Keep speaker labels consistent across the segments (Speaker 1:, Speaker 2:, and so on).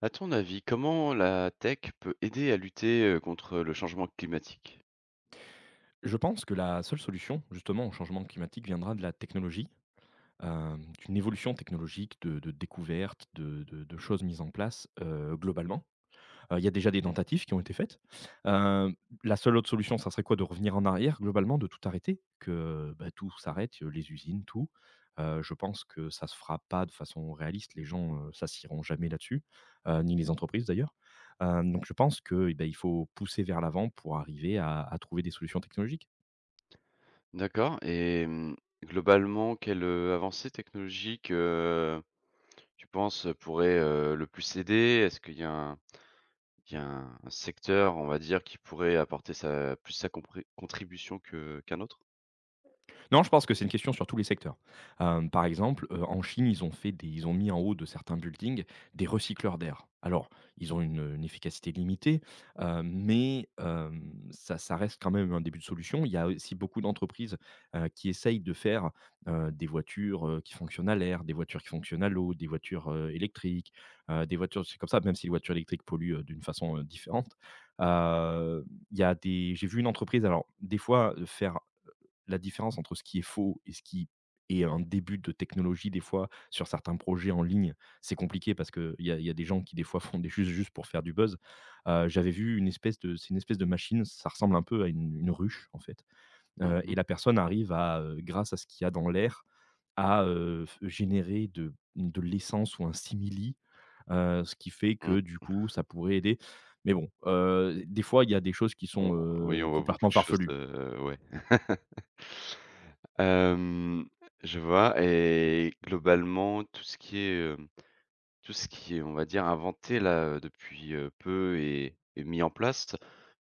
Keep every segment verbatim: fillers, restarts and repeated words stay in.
Speaker 1: À ton avis, comment la tech peut aider à lutter, heu, contre le changement climatique?
Speaker 2: Je pense que la seule solution, justement, au changement climatique viendra de la technologie, hem, d'une évolution technologique, de de découvertes, de de de choses mises en place, heu, globalement. Heu, il y a déjà des
Speaker 1: Mmh.
Speaker 2: tentatives qui ont été faites. Hem, la seule autre solution, ça serait quoi? De revenir en arrière, globalement, de tout arrêter, que, bah, tout s'arrête, heu, les usines, tout. Heu, je pense que ça se fera pas de façon réaliste. Les gens, heu, s'associeront jamais là-dessus, heu, ni les entreprises d'ailleurs. Hem, donc je pense que, eh, bah, il faut pousser vers l'avant pour arriver à à trouver des solutions technologiques.
Speaker 1: D'accord et mmh, Globalement, quelle, heu, avancée technologique, heu, tu penses pourrait, heu, le plus aider? Est-ce qu'il y a un il y a un un secteur, on va dire, qui pourrait apporter sa plus sa compré contribution que qu'un autre?
Speaker 2: Non, je pense que c'est une question sur tous les secteurs. Hem, par exemple, heu, en Chine, ils ont fait des ils ont mis en haut de certains buildings des recycleurs d'air. Alors, ils ont une, une efficacité limitée, heu, mais hem, ça ça reste quand même un début de solution. Il y a aussi beaucoup d'entreprises, heu, qui essayent de faire, heu, des voitures, heu, qui fonctionnent à l'air, des voitures qui fonctionnent à l'eau, des voitures, heu, électriques, heu, des voitures c'est comme ça, même si les voitures électriques polluent, heu, d'une façon, heu, différente. Heu, il y a des J'ai vu une entreprise alors des fois, heu, faire la différence entre ce qui est faux et ce qui est un début de technologie, des fois, sur certains projets en ligne, c'est compliqué parce qu'il y a, il y a des gens qui, des fois, font des choses juste pour faire du buzz. Euh, J'avais vu une espèce de, c'est une espèce de machine, ça ressemble un peu à une, une ruche, en fait.
Speaker 1: Mmh
Speaker 2: Euh, et
Speaker 1: mh.
Speaker 2: la personne arrive à, euh, grâce à ce qu'il y a dans l'air, à euh, f- générer de, de l'essence ou un simili, euh, ce qui fait
Speaker 1: Mmh.
Speaker 2: que du coup, ça pourrait aider. Mais bon, euh, des fois, il y a des choses qui
Speaker 1: On
Speaker 2: sont
Speaker 1: oui,
Speaker 2: euh,
Speaker 1: on voit beaucoup
Speaker 2: complètement
Speaker 1: de choses,
Speaker 2: farfelues.
Speaker 1: heu, ouais. Hem, je vois et globalement, tout ce qui est, hem tout ce qui est, on va dire, inventé là, heu, depuis, heu, peu et et mis en place,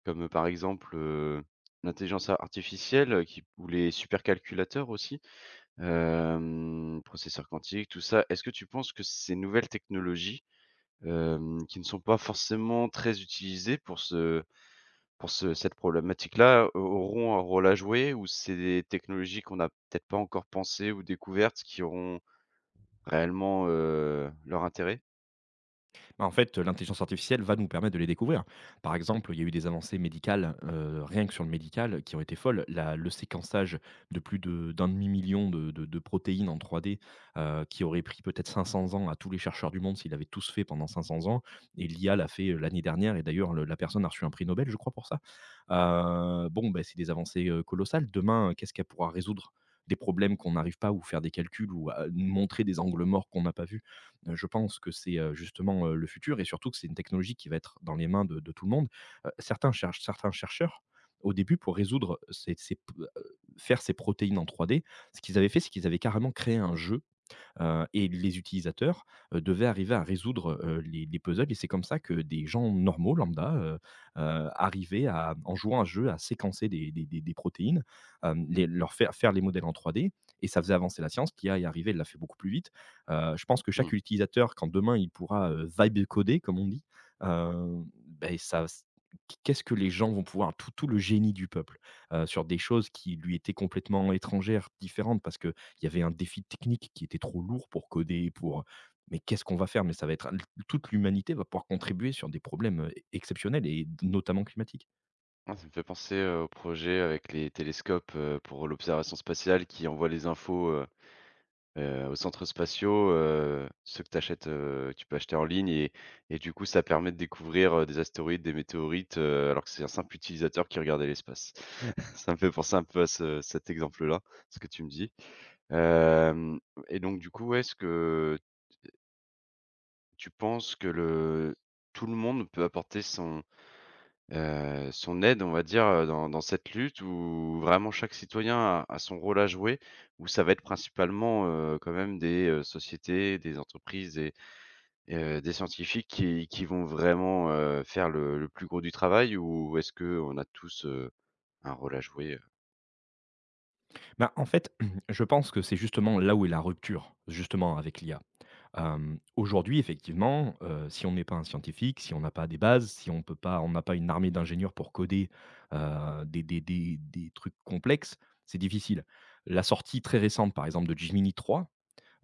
Speaker 1: comme, heu, par exemple, heu, l'intelligence a artificielle, heu, qui ou les supercalculateurs aussi, hem, processeurs quantiques, tout ça. Est-ce que tu penses que ces nouvelles technologies, hem, qui ne sont pas forcément très utilisées pour ce pour ce cette problématique-là, au auront un rôle à jouer? Ou c'est des technologies qu'on n'a peut-être pas encore pensées ou découvertes qui auront réellement, heu, leur intérêt?
Speaker 2: Bah, en fait, l'intelligence artificielle va nous permettre de les découvrir. Par exemple, il y a eu des avancées médicales, heu, rien que sur le médical, qui ont été folles. La le séquençage de plus de d'1,5 000 000 de de de protéines en trois D, heu, qui aurait pris peut-être cinq cents ans à tous les chercheurs du monde s'ils l'avaient tous fait pendant cinq cents ans et l'I A l'a fait, heu, l'année dernière et d'ailleurs le la personne a reçu un prix Nobel, je crois, pour ça. Heu, bon, bah, c'est des avancées, heu, colossales. Demain, heu, qu'est-ce qu'elle pourra résoudre? Des problèmes qu'on n'arrive pas ou faire des calculs ou à montrer des angles morts qu'on n'a pas vus. Heu, je pense que c'est, heu, justement, heu, le futur et surtout que c'est une technologie qui va être dans les mains de de tout le monde. Heu, certains cherchent certains chercheurs, au début, pour résoudre ces ces p heu, faire ces protéines en trois D, ce qu'ils avaient fait, c'est qu'ils avaient carrément créé un jeu heu et les utilisateurs, heu, devaient arriver à résoudre, heu, les les puzzles et c'est comme ça que des gens normaux lambda, heu, heu, arrivaient à en jouant à ce jeu, à séquencer des des des des protéines, hem, les leur faire faire les modèles en trois D et ça faisait avancer la science. L'I a est arrivée, elle l'a fait beaucoup plus vite. Heu, je pense que chaque utilisateur, quand demain il pourra, heu, vibe coder comme on dit, heu, beh, ça qu'est-ce que les gens vont pouvoir tout tout le génie du peuple, heu, sur des choses qui lui étaient complètement étrangères, différentes parce que il y avait un défi technique qui était trop lourd pour coder, pour, mais qu'est-ce qu'on va faire? Mais ça va être toute l'humanité va pouvoir contribuer sur des problèmes, heu, exceptionnels et notamment climatiques.
Speaker 1: Ah, ça me fait penser, heu, au projet avec les télescopes, heu, pour l'observation spatiale qui envoie les infos, heu heu, aux centres spatiaux, heu, ceux que t'achètes, achètes, heu, tu peux acheter en ligne et et du coup, ça permet de découvrir, heu, des astéroïdes, des météorites, heu, alors que c'est un simple utilisateur qui regardait l'espace. Ça me fait penser un peu à ce cet exemple-là, ce que tu me dis. Hem Et donc du coup, ouais, est-ce que tu penses que le tout le monde peut apporter son Heu, son aide, on va dire, heu, dans dans cette lutte où vraiment chaque citoyen a a son rôle à jouer, où ça va être principalement, heu, quand même des, heu, sociétés, des entreprises et et euh, des scientifiques qui qui vont vraiment, heu, faire le le plus gros du travail ou est-ce que on a tous, heu, un rôle à jouer, heu?
Speaker 2: Bah, en fait, je pense que c'est justement là où est la rupture, justement avec l'I A. Hem, aujourd'hui, effectivement, heu, si on n'est pas un scientifique, si on n'a pas des bases, si on peut pas on n'a pas une armée d'ingénieurs pour coder, heu, des des des des trucs complexes, c'est difficile. La sortie très récente, par exemple, de Gemini trois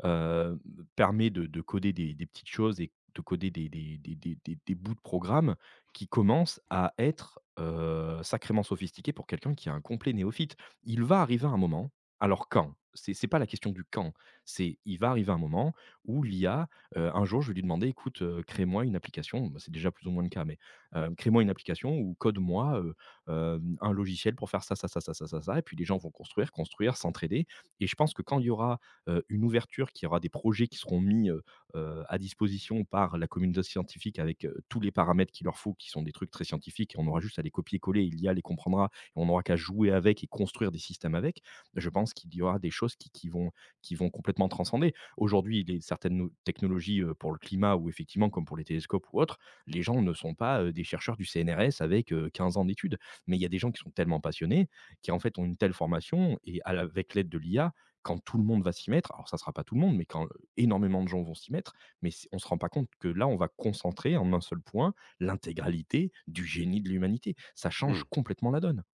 Speaker 2: heu, permet de de coder des des petites choses et de coder des des des des des des bouts de programme qui commencent à être, heu, sacrément sophistiqués pour quelqu'un qui est un complet néophyte. Il va arriver un moment alors quand? C'est c'est pas la question du quand, c'est il va arriver un moment où l'I A, heu, un jour je vais lui demander: «Écoute, heu, crée-moi une application», bah, c'est déjà plus ou moins le cas, mais, heu: «Crée-moi une application ou code-moi, heu, hem, un logiciel pour faire ça, ça, ça, ça, ça, ça, ça» et puis les gens vont construire, construire, s'entraider et je pense que quand il y aura, heu, une ouverture qui aura des projets qui seront mis, heu heu, à disposition par la communauté scientifique avec, heu, tous les paramètres qu'il leur faut, qui sont des trucs très scientifiques et on aura juste à les copier-coller et l'I A les comprendra et on aura qu'à jouer avec et construire des systèmes avec. Je pense qu'il y aura des choses qui qui vont qui vont complètement transcender. Aujourd'hui, les certaines nou technologies, heu, pour le climat ou effectivement comme pour les télescopes ou autres, les gens ne sont pas, heu, des chercheurs du C N R S avec, heu, quinze ans d'études. Mais il y a des gens qui sont tellement passionnés, qui en fait ont une telle formation et à la avec l'aide de l'I A quand tout le monde va s'y mettre, alors ça sera pas tout le monde, mais quand énormément de gens vont s'y mettre, mais c'est on se rend pas compte que là, on va concentrer en un seul point l'intégralité du génie de l'humanité. Ça change
Speaker 1: Mmh,
Speaker 2: complètement la donne.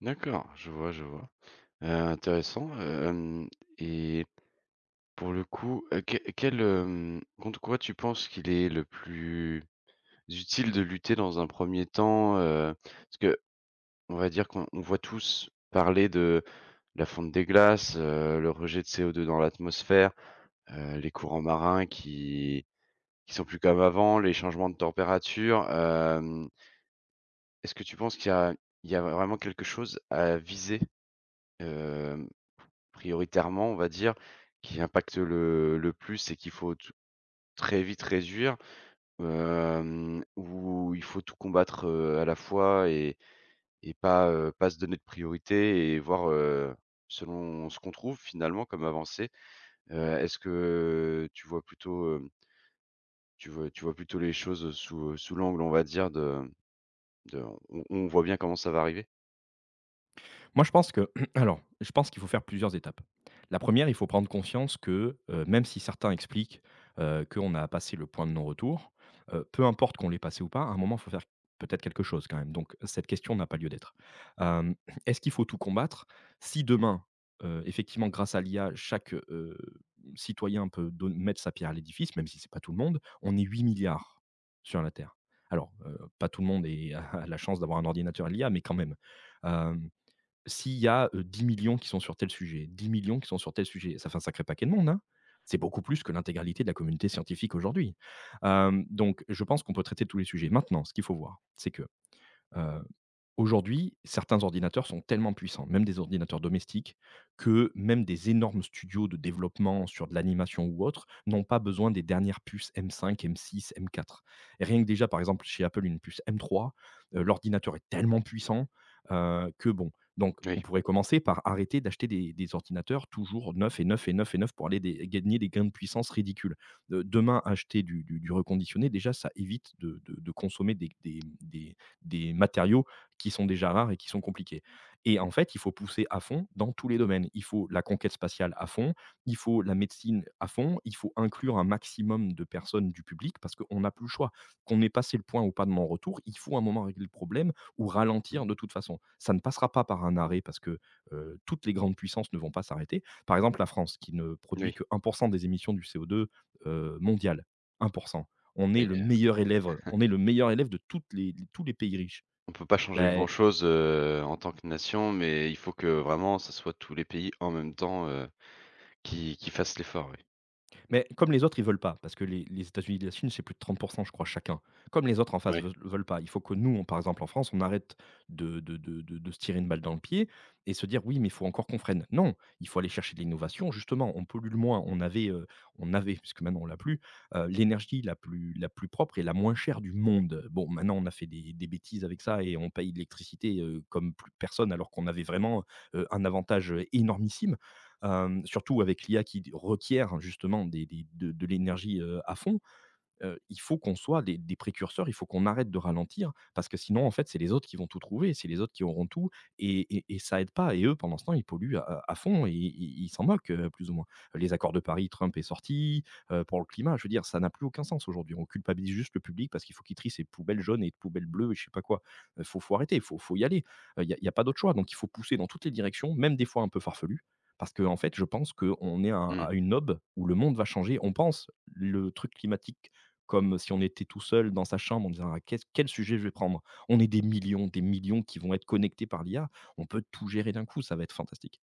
Speaker 1: d'accord, je vois, je vois. Heu, intéressant. Hem et Pour le coup, heu, que quel, hem, contre quoi tu penses qu'il est le plus utile de lutter dans un premier temps, heu, parce que on va dire qu'on on voit tous parler de la fonte des glaces, heu, le rejet de C O deux dans l'atmosphère, heu, les courants marins qui qui sont plus comme avant, les changements de température, hem, est-ce que tu penses qu'il y a il y a vraiment quelque chose à viser, hem, prioritairement, on va dire, qui impacte le le plus et qu'il faut tout très vite réduire, hem, ou il faut tout combattre, heu, à la fois et Et pas, heu, pas se donner de priorité et voir, heu, selon ce qu'on trouve finalement comme avancée. Heu, est-ce que tu vois plutôt, hem, tu vois tu vois plutôt les choses, sous, sous l'angle on va dire de de on on voit bien comment ça va arriver?
Speaker 2: Moi, je pense que alors, je pense qu'il faut faire plusieurs étapes. La première, il faut prendre conscience que, heu, même si certains expliquent, heu, qu'on a passé le point de non-retour, heu, peu importe qu'on l'ait passé ou pas, à un moment, il faut faire peut-être quelque chose quand même, donc cette question n'a pas lieu d'être. Hem, est-ce qu'il faut tout combattre? Si demain, heu, effectivement, grâce à l'I A, chaque, heu, citoyen peut don mettre sa pierre à l'édifice, même si c'est pas tout le monde, on est huit milliards sur la terre. Alors, heu, pas tout le monde est a la chance d'avoir un ordinateur et l'I A, mais quand même. S'il y a, heu, dix mille qui sont sur tel sujet, dix millions qui sont sur tel sujet, ça fait un sacré paquet de monde, hein. C'est beaucoup plus que l'intégralité de la communauté scientifique aujourd'hui. Hem, donc je pense qu'on peut traiter tous les sujets. Maintenant, ce qu'il faut voir, c'est que, heu aujourd'hui, certains ordinateurs sont tellement puissants, même des ordinateurs domestiques, que même des énormes studios de développement sur de l'animation ou autre, n'ont pas besoin des dernières puces M cinq, M six, M quatre. Rien que déjà, par exemple, chez Apple, une puce M trois, heu, l'ordinateur est tellement puissant, heu, que bon. Donc on
Speaker 1: Oui.
Speaker 2: pourrait commencer par arrêter d'acheter des des ordinateurs toujours neufs et neufs et neufs et neufs pour aller des gagner des gains de puissance ridicules. Heu, demain, acheter du du du reconditionné, déjà, ça évite de de de consommer des des des des matériaux qui sont déjà rares et qui sont compliqués. Et en fait, il faut pousser à fond dans tous les domaines. Il faut la conquête spatiale à fond, il faut la médecine à fond, il faut inclure un maximum de personnes du public parce qu'on n'a plus le choix. Qu'on ait passé le point ou pas de mon retour, il faut à un moment régler le problème ou
Speaker 1: Mmh.
Speaker 2: ralentir de toute façon. Ça ne passera pas par un arrêt parce que euh, toutes les grandes puissances ne vont pas s'arrêter. Par exemple, la France, qui ne produit
Speaker 1: Oui,
Speaker 2: que un pour cent des émissions du C O deux euh, mondial. un pour cent. On est
Speaker 1: oui,
Speaker 2: le
Speaker 1: heu,
Speaker 2: meilleur élève, on est le meilleur élève de toutes les, tous les pays riches.
Speaker 1: on peut pas changer
Speaker 2: Ben,
Speaker 1: grand-chose, heu, en tant que nation, mais il faut que vraiment ça soit tous les pays en même temps, heu, qui qui fassent l'effort, oui.
Speaker 2: mais comme les autres, ils veulent pas, parce que les les États-Unis et la Chine, c'est plus de trente je crois chacun. Comme les autres en face
Speaker 1: Oui.
Speaker 2: veu veulent pas, il faut que nous, on par exemple en France, on arrête de de de de de se tirer une balle dans le pied et se dire: «Oui, mais il faut encore qu'on freine». Non, il faut aller chercher de l'innovation, justement, on pollue le moins. On avait, heu, on avait, puisque maintenant on l'a plus, heu, l'énergie la plus la plus propre et la moins chère du monde. Bon, maintenant on a fait des des bêtises avec ça et on paye l'électricité, heu, comme plus personne alors qu'on avait vraiment, heu, un avantage, euh, énormissime. Hem, surtout avec l'I A qui requiert, hein, justement des des de de l'énergie, heu, à fond. Heu, il faut qu'on soit des des précurseurs, il faut qu'on arrête de ralentir parce que sinon, en fait, c'est les autres qui vont tout trouver, c'est les autres qui auront tout et et et ça aide pas, et eux, pendant ce temps, ils polluent à à fond et ils ils s'en moquent, heu, plus ou moins. Les accords de Paris, Trump est sorti, heu, pour le climat, je veux dire, ça n'a plus aucun sens aujourd'hui. On culpabilise juste le public parce qu'il faut qu'il trie ses poubelles jaunes et poubelles bleues et je sais pas quoi. Heu, faut faut arrêter, il faut faut y aller. il y a y a pas d'autre choix, donc il faut pousser dans toutes les directions, même des fois un peu farfelues, parce qu'en fait, je pense qu'on est à
Speaker 1: Mmh.
Speaker 2: à une aube où le monde va changer. On pense le truc climatique comme si on était tout seul dans sa chambre en disant : « Ah, qu'est-ce quel sujet je vais prendre ? » On est des millions, des millions qui vont être connectés par l'I A. On peut tout gérer d'un coup, ça va être fantastique.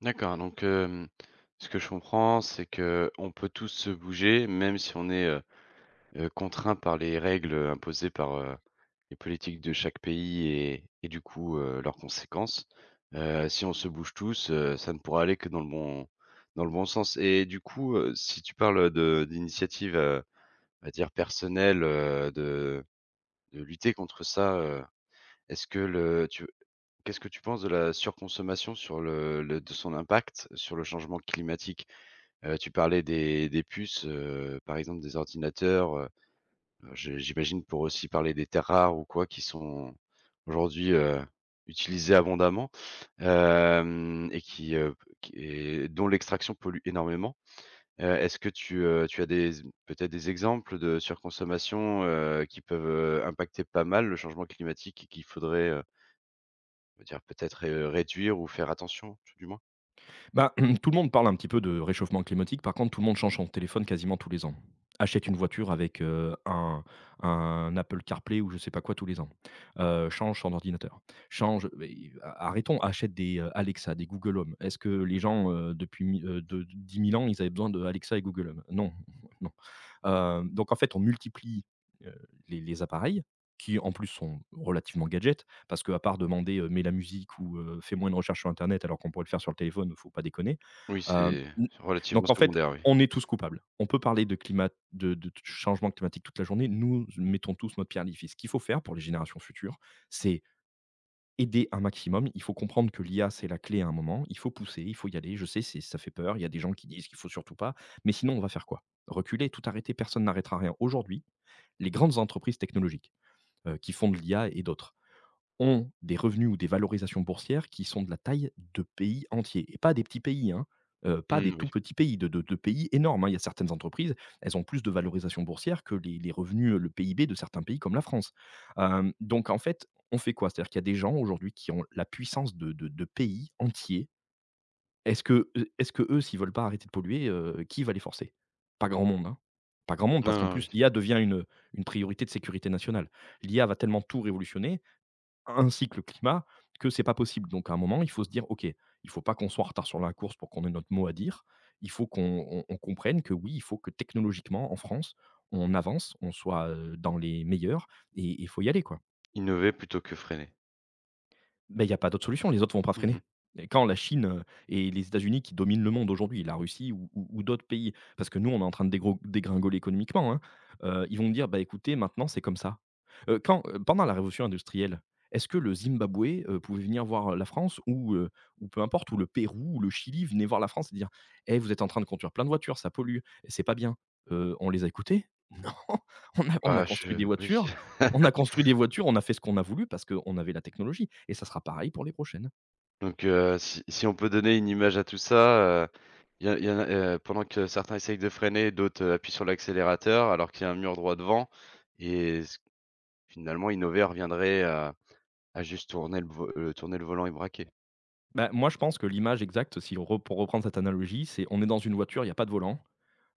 Speaker 1: D'accord, donc hem, ce que je comprends, c'est que on peut tous se bouger, même si on est, heu heu, contraints par les règles, imposées par, heu, les politiques de chaque pays et et du coup, heu, leurs conséquences. Heu, si on se bouge tous, heu, ça ne pourra aller que dans le bon dans le bon sens et du coup, heu, si tu parles, de d'initiative, heu, on va dire personnelle heu, de de lutter contre ça, heu, est-ce que le tu Qu'est-ce que tu penses de la surconsommation sur le le de son impact sur le changement climatique? Heu, tu parlais des des puces, heu, par exemple des ordinateurs, heu, je j'imagine pour aussi parler des terres rares ou quoi qui sont aujourd'hui, heu, utilisées abondamment, hem et qui, heu, qui et dont l'extraction pollue énormément. Heu, est-ce que tu, heu, tu as des peut-être des exemples de surconsommation, heu, qui peuvent, heu, impacter pas mal le changement climatique et qu'il faudrait, euh, on va dire peut-être, heu, réduire ou faire attention, tout du moins?
Speaker 2: Bah, tout le monde parle un petit peu de réchauffement climatique. Par contre, tout le monde change son téléphone quasiment tous les ans. Achète une voiture avec euh, un, un Apple CarPlay ou je sais pas quoi tous les ans. Euh, change son ordinateur. Change. Mais, a- arrêtons. Achète des euh, Alexa, des Google Home. Est-ce que les gens, euh, depuis mi- euh, de, de dix mille ans, ils avaient besoin de Alexa et Google Home? Non, non. Euh, donc en fait, on multiplie euh, les, les appareils qui en plus sont relativement gadgets, parce que à part demander, heu: Mets la musique » ou heu: Fais-moi une recherche sur internet », alors qu'on pourrait le faire sur le téléphone, faut pas déconner.
Speaker 1: Oui,
Speaker 2: Hem,
Speaker 1: c'est
Speaker 2: n
Speaker 1: relativement
Speaker 2: Donc en fait,
Speaker 1: secondaire, oui.
Speaker 2: on est tous coupables. On peut parler de climat, de de changement climatique toute la journée, nous mettons tous notre pierre à l'édifice. Ce qu'il faut faire pour les générations futures, c'est aider un maximum. Il faut comprendre que l'I A, c'est la clé à un moment. Il faut pousser, il faut y aller. Je sais, c'est ça fait peur, il y a des gens qui disent qu'il faut surtout pas, mais sinon on va faire quoi? Reculer, tout arrêter? Personne n'arrêtera rien. Aujourd'hui, les grandes entreprises technologiques, heu, qui font de l'I A et d'autres, ont des revenus ou des valorisations boursières qui sont de la taille de pays entiers, et pas des petits pays, hein, heu, pas des
Speaker 1: Mmh, oui.
Speaker 2: tout petits pays, de de de pays énormes, hein. Il y a certaines entreprises, elles ont plus de valorisation boursière que les les revenus, heu, le P I B de certains pays comme la France. Hem, donc en fait, on fait quoi? C'est-à-dire qu'il y a des gens aujourd'hui qui ont la puissance de de de pays entiers. Est-ce que, Est-ce eux, s'ils veulent pas arrêter de polluer, heu, qui va les forcer? Pas grand monde, hein. Pas grand monde, parce
Speaker 1: Non,
Speaker 2: qu'en
Speaker 1: non,
Speaker 2: plus
Speaker 1: oui.
Speaker 2: l'I A devient une, une priorité de sécurité nationale. L'I A va tellement tout révolutionner, ainsi que le climat, que c'est pas possible. Donc à un moment, il faut se dire : « OK, il faut pas qu'on soit en retard sur la course pour qu'on ait notre mot à dire. Il faut qu'on on on comprenne que oui, il faut que technologiquement, en France, on avance, on soit, heu, dans les meilleurs, et il faut y aller, quoi. »
Speaker 1: Innover plutôt que freiner.
Speaker 2: Beh, il y a pas d'autre solution, les autres vont pas freiner.
Speaker 1: Mmh.
Speaker 2: Et quand la Chine, heu et les États-Unis, qui dominent le monde aujourd'hui, la Russie ou ou ou d'autres pays, parce que nous, on est en train de dégro dégringoler économiquement, hein, heu, ils vont dire : « Bah, écoutez, maintenant, c'est comme ça. » Heu, quand euh, Pendant la révolution industrielle, est-ce que le Zimbabwe, heu, pouvait venir voir la France, ou heu, ou peu importe, ou le Pérou ou le Chili venaient voir la France et dire : « Eh, vous êtes en train de conduire plein de voitures, ça pollue, c'est pas bien. » Heu, on les a écoutés? Non, on a
Speaker 1: Ah
Speaker 2: on a
Speaker 1: bah,
Speaker 2: construit des
Speaker 1: je oui.
Speaker 2: voitures, on a construit des voitures, on a fait ce qu'on a voulu parce qu'on avait la technologie, et ça sera pareil pour les prochaines.
Speaker 1: Donc heu, si si on peut donner une image à tout ça, heu, y a y en a, heu, pendant que certains essayent de freiner, d'autres, heu, appuient sur l'accélérateur alors qu'il y a un mur droit devant et ce finalement innover reviendrait à à juste tourner le vo heu, tourner le volant et braquer.
Speaker 2: Bah, moi, je pense que l'image exacte, si on re pour reprendre cette analogie, c'est on est dans une voiture, il y a pas de volant,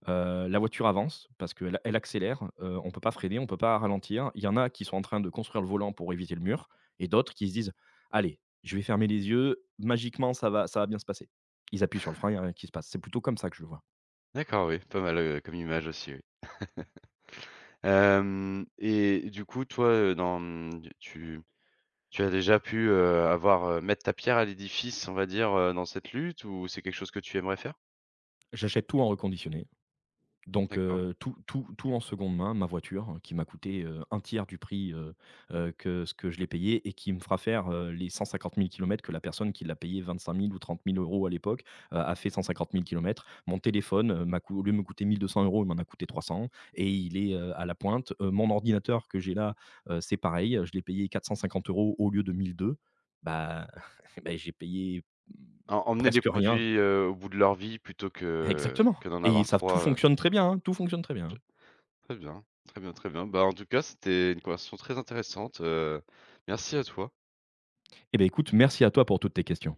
Speaker 2: heu, la voiture avance parce qu'elle elle accélère, heu, on peut pas freiner, on peut pas ralentir. Il y en a qui sont en train de construire le volant pour éviter le mur, et d'autres qui se disent : « Allez, je vais fermer les yeux, magiquement ça va ça va bien se passer. » Ils appuient sur le frein, il y a rien qui se passe. C'est plutôt comme ça que je le vois.
Speaker 1: D'accord, oui, pas mal, heu, comme image aussi, oui. Hem Et du coup, toi, heu, dans, mmh, tu tu as déjà pu, heu, avoir, heu, mettre ta pierre à l'édifice, on va dire, heu, dans cette lutte ou c'est quelque chose que tu aimerais faire?
Speaker 2: J'achète tout en reconditionné. Donc
Speaker 1: D'accord.
Speaker 2: heu, tout tout tout en seconde main, ma voiture, hein, qui m'a coûté, heu, un tiers du prix, heu heu, que ce que je l'ai payé, et qui me fera faire, heu, les cent cinquante mille kilomètres que la personne qui l'a payée vingt-cinq mille ou trente mille euros à l'époque, heu, a fait cent cinquante mille kilomètres. Mon téléphone, heu, m'a cou au lieu de me coûter mille deux cents euros, il m'en a coûté trois cents, et il est, heu, à la pointe. Heu, mon ordinateur que j'ai là, heu, c'est pareil, je l'ai payé quatre cent cinquante euros au lieu de mille deux cents euros €. Bah, bah, j'ai payé, mmh,
Speaker 1: Em emmener les
Speaker 2: presque rien.
Speaker 1: produits, heu, au bout de leur vie plutôt que
Speaker 2: Exactement,
Speaker 1: que d'en
Speaker 2: et
Speaker 1: avoir
Speaker 2: ça tout
Speaker 1: trois. Heu,
Speaker 2: fonctionne très bien, hein, tout fonctionne très bien, hein.
Speaker 1: très bien, très bien, très bien. Bah, en tout cas, c'était une conversation très intéressante, heu, merci à toi.
Speaker 2: Eh bien, écoute, merci à toi pour toutes tes questions.